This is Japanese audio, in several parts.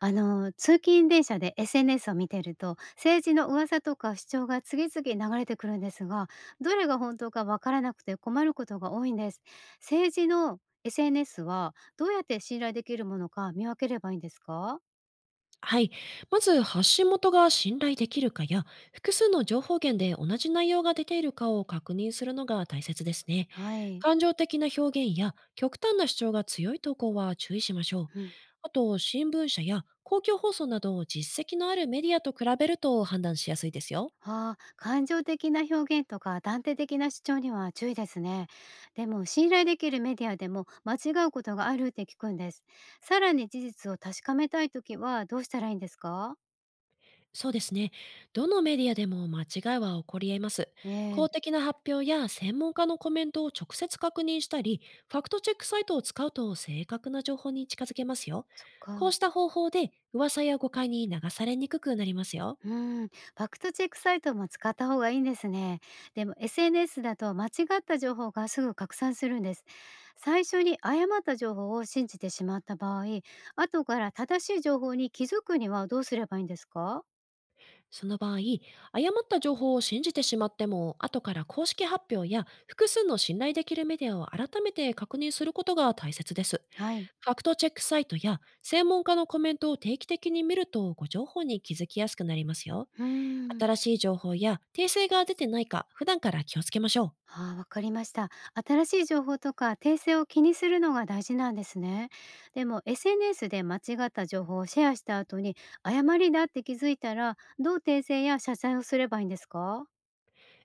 あの通勤電車で SNS を見てると政治の噂とか主張が次々流れてくるんですが、どれが本当かわからなくて困ることが多いんです。政治の SNS はどうやって信頼できるものか見分ければいいんですか？はい。まず、発信元が信頼できるかや、複数の情報源で同じ内容が出ているかを確認するのが大切ですね。はい、感情的な表現や極端な主張が強い投稿は注意しましょう。うん、あと、新聞社や公共放送など実績のあるメディアと比べると判断しやすいですよ。ああ、感情的な表現とか断定的な主張には注意ですね。でも信頼できるメディアでも間違うことがあるって聞くんです。さらに事実を確かめたいときはどうしたらいいんですか？そうですね。どのメディアでも間違いは起こり得ます。ね公え。的な発表や専門家のコメントを直接確認したり、ファクトチェックサイトを使うと正確な情報に近づけますよ。そっか。こうした方法で噂や誤解に流されにくくなりますよ。うん、ファクトチェックサイトも使った方がいいんですね。でも SNS だと間違った情報がすぐ拡散するんです。最初に誤った情報を信じてしまった場合、後から正しい情報に気づくにはどうすればいいんですか？その場合、誤った情報を信じてしまっても、後から公式発表や複数の信頼できるメディアを改めて確認することが大切です。はい。ファクトチェックサイトや専門家のコメントを定期的に見るとご情報に気づきやすくなりますよ。うー新ん。しい情報や訂正が出てないか普段から気をつけましょう。ああ、わかりました。新しい情報とか訂正を気にするのが大事なんですね。でも SNS で間違った情報をシェアした後に誤りだって気づいたら、どう訂正や謝罪をすればいいんですか？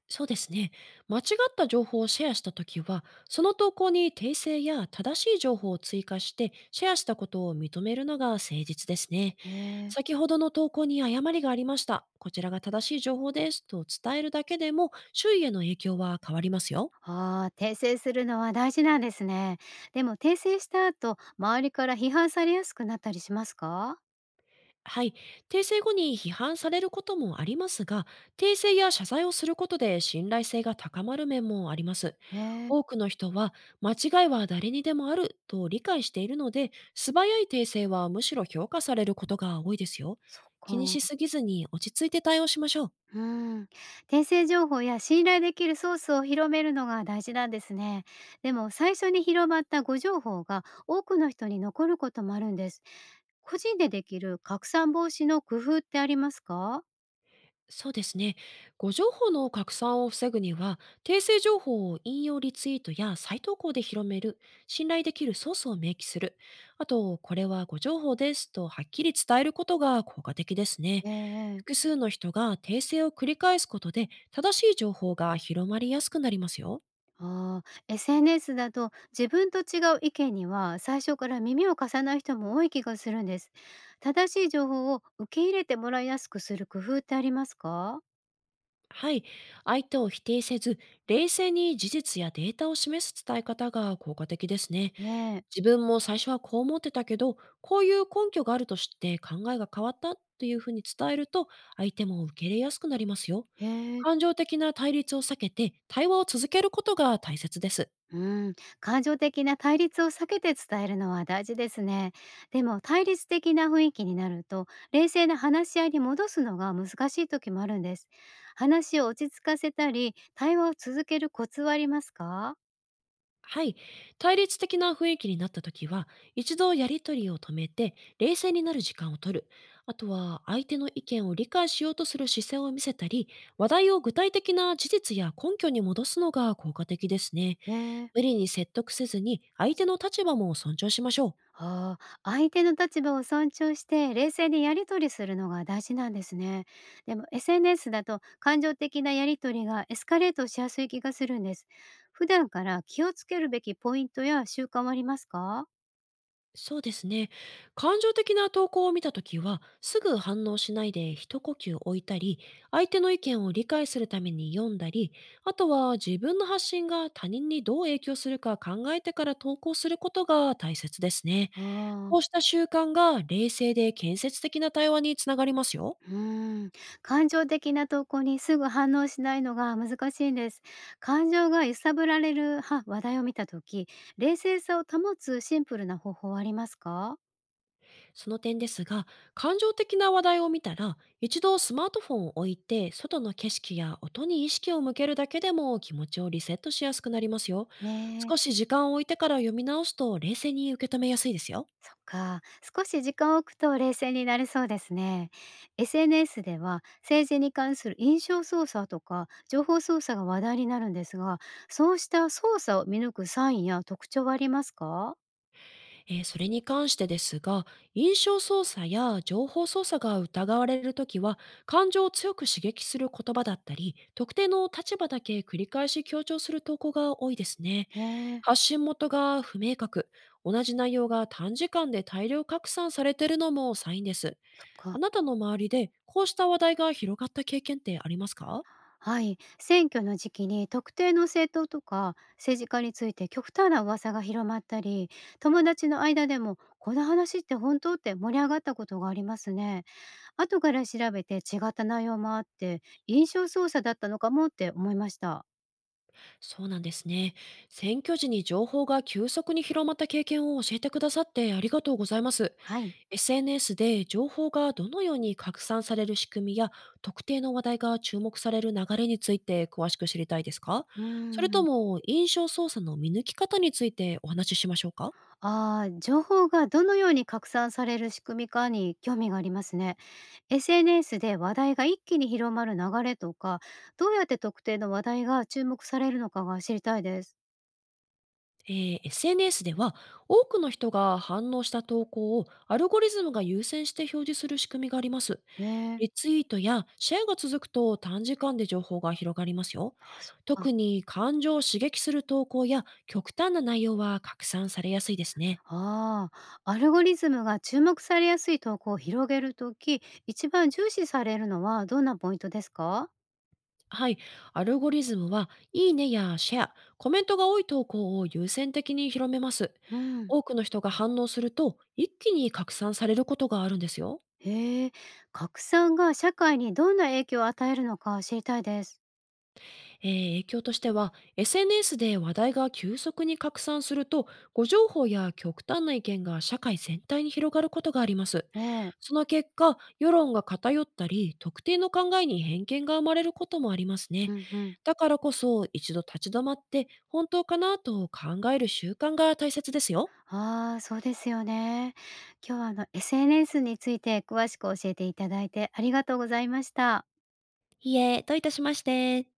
そうですね。間違った情報をシェアしたときは、その投稿に訂正や正しい情報を追加してシェアしたことを認めるのが誠実ですね。ねえ。先ほどの投稿に誤りがありました。こちらが正しい情報ですと伝えるだけでも周囲への影響は変わりますよ。ああ、訂正するのは大事なんですね。でも訂正した後、周りから批判されやすくなったりしますか？はい。訂正後に批判されることもありますが、訂正や謝罪をすることで信頼性が高まる面もあります。ええ、多くの人は、間違いは誰にでもあると理解しているので、素早い訂正はむしろ評価されることが多いですよ。そっ気にしか。すぎずに落ち着いて対応しましょう。うん。訂正情報や信頼できるソースを広めるのが大事なんですね。でも最初に広まった誤情報が多くの人に残ることもあるんです。個人でできる拡散防止の工夫ってありますか？そうですね。誤情報の拡散を防ぐには、訂正情報を引用リツイートや再投稿で広める、信頼できるソースを明記する、あと、これは誤情報ですとはっきり伝えることが効果的ですね。え複え。数の人が訂正を繰り返すことで、正しい情報が広まりやすくなりますよ。ああ、SNS だと自分と違う意見には最初から耳を貸さない人も多い気がするんです。正しい情報を受け入れてもらいやすくする工夫ってありますか？はい。相手を否定せず、冷静に事実やデータを示す伝え方が効果的ですね。ねえ。自分も最初はこう思ってたけど、こういう根拠があると知って考えが変わったというふうに伝えると、相手も受け入れやすくなりますよ。へ感え。情的な対立を避けて、対話を続けることが大切です。うん。感情的な対立を避けて伝えるのは大事ですね。でも対立的な雰囲気になると冷静な話し合いに戻すのが難しい時もあるんです。話を落ち着かせたり対話を続けるコツはありますか？はい。対立的な雰囲気になった時は、一度やりとりを止めて、冷静になる時間を取る。あとは、相手の意見を理解しようとする姿勢を見せたり、話題を具体的な事実や根拠に戻すのが効果的ですね。ねえ。無理に説得せずに、相手の立場も尊重しましょう。ああ、相手の立場を尊重して冷静にやり取りするのが大事なんですね。でも SNS だと感情的なやり取りがエスカレートしやすい気がするんです。普段から気をつけるべきポイントや習慣はありますか？そうですね。感情的な投稿を見たときは、すぐ反応しないで一呼吸置いたり、相手の意見を理解するために読んだり、あとは自分の発信が他人にどう影響するか考えてから投稿することが大切ですね。ああ、こうした習慣が冷静で建設的な対話につながりますよ。うーん。感情的な投稿にすぐ反応しないのが難しいんです。感情が揺さぶられるは話題を見たとき、冷静さを保つシンプルな方法はありますか？その点ですが、感情的な話題を見たら、一度スマートフォンを置いて、外の景色や音に意識を向けるだけでも気持ちをリセットしやすくなりますよ。ね少え。し時間を置いてから読み直すと冷静に受け止めやすいですよ。そっか、少し時間を置くと冷静になれそうですね。SNS では政治に関する印象操作とか情報操作が話題になるんですが、そうした操作を見抜くサインや特徴はありますか？それに関してですが、印象操作や情報操作が疑われるときは、感情を強く刺激する言葉だったり、特定の立場だけ繰り返し強調する投稿が多いですね。へえ、発信元が不明確、同じ内容が短時間で大量拡散されているのもサインです。そっあか。なたの周りでこうした話題が広がった経験ってありますか？はい、選挙の時期に特定の政党とか政治家について極端な噂が広まったり、友達の間でもこの話って本当って盛り上がったことがありますね。後から調べて違った内容もあって、印象操作だったのかもって思いました。そうなんですね。選挙時に情報が急速に広まった経験を教えてくださってありがとうございます。はい。SNS で情報がどのように拡散される仕組みや特定の話題が注目される流れについて詳しく知りたいですか？うーそれとん。も印象操作の見抜き方についてお話ししましょうか？ああ、情報がどのように拡散される仕組みかに興味がありますね。SNS で話題が一気に広まる流れとか、どうやって特定の話題が注目されるのかが知りたいです。SNS では多くの人が反応した投稿をアルゴリズムが優先して表示する仕組みがあります。ねえ。リツイートやシェアが続くと短時間で情報が広がりますよ。あ、そっか。特に感情を刺激する投稿や極端な内容は拡散されやすいですね。ああ、アルゴリズムが注目されやすい投稿を広げるとき、一番重視されるのはどんなポイントですか？はい。アルゴリズムは、いいねやシェア、コメントが多い投稿を優先的に広めます。うん。多くの人が反応すると、一気に拡散されることがあるんですよ。へえ、拡散が社会にどんな影響を与えるのか知りたいです。影響としては、 SNS で話題が急速に拡散すると、誤情報や極端な意見が社会全体に広がることがあります。ええ、その結果、世論が偏ったり、特定の考えに偏見が生まれることもありますね。うんうん。だからこそ、一度立ち止まって本当かなと考える習慣が大切ですよ。ああ、そうですよね。今日はSNS について詳しく教えていただいてありがとうございました。いいえ、どういたしまして。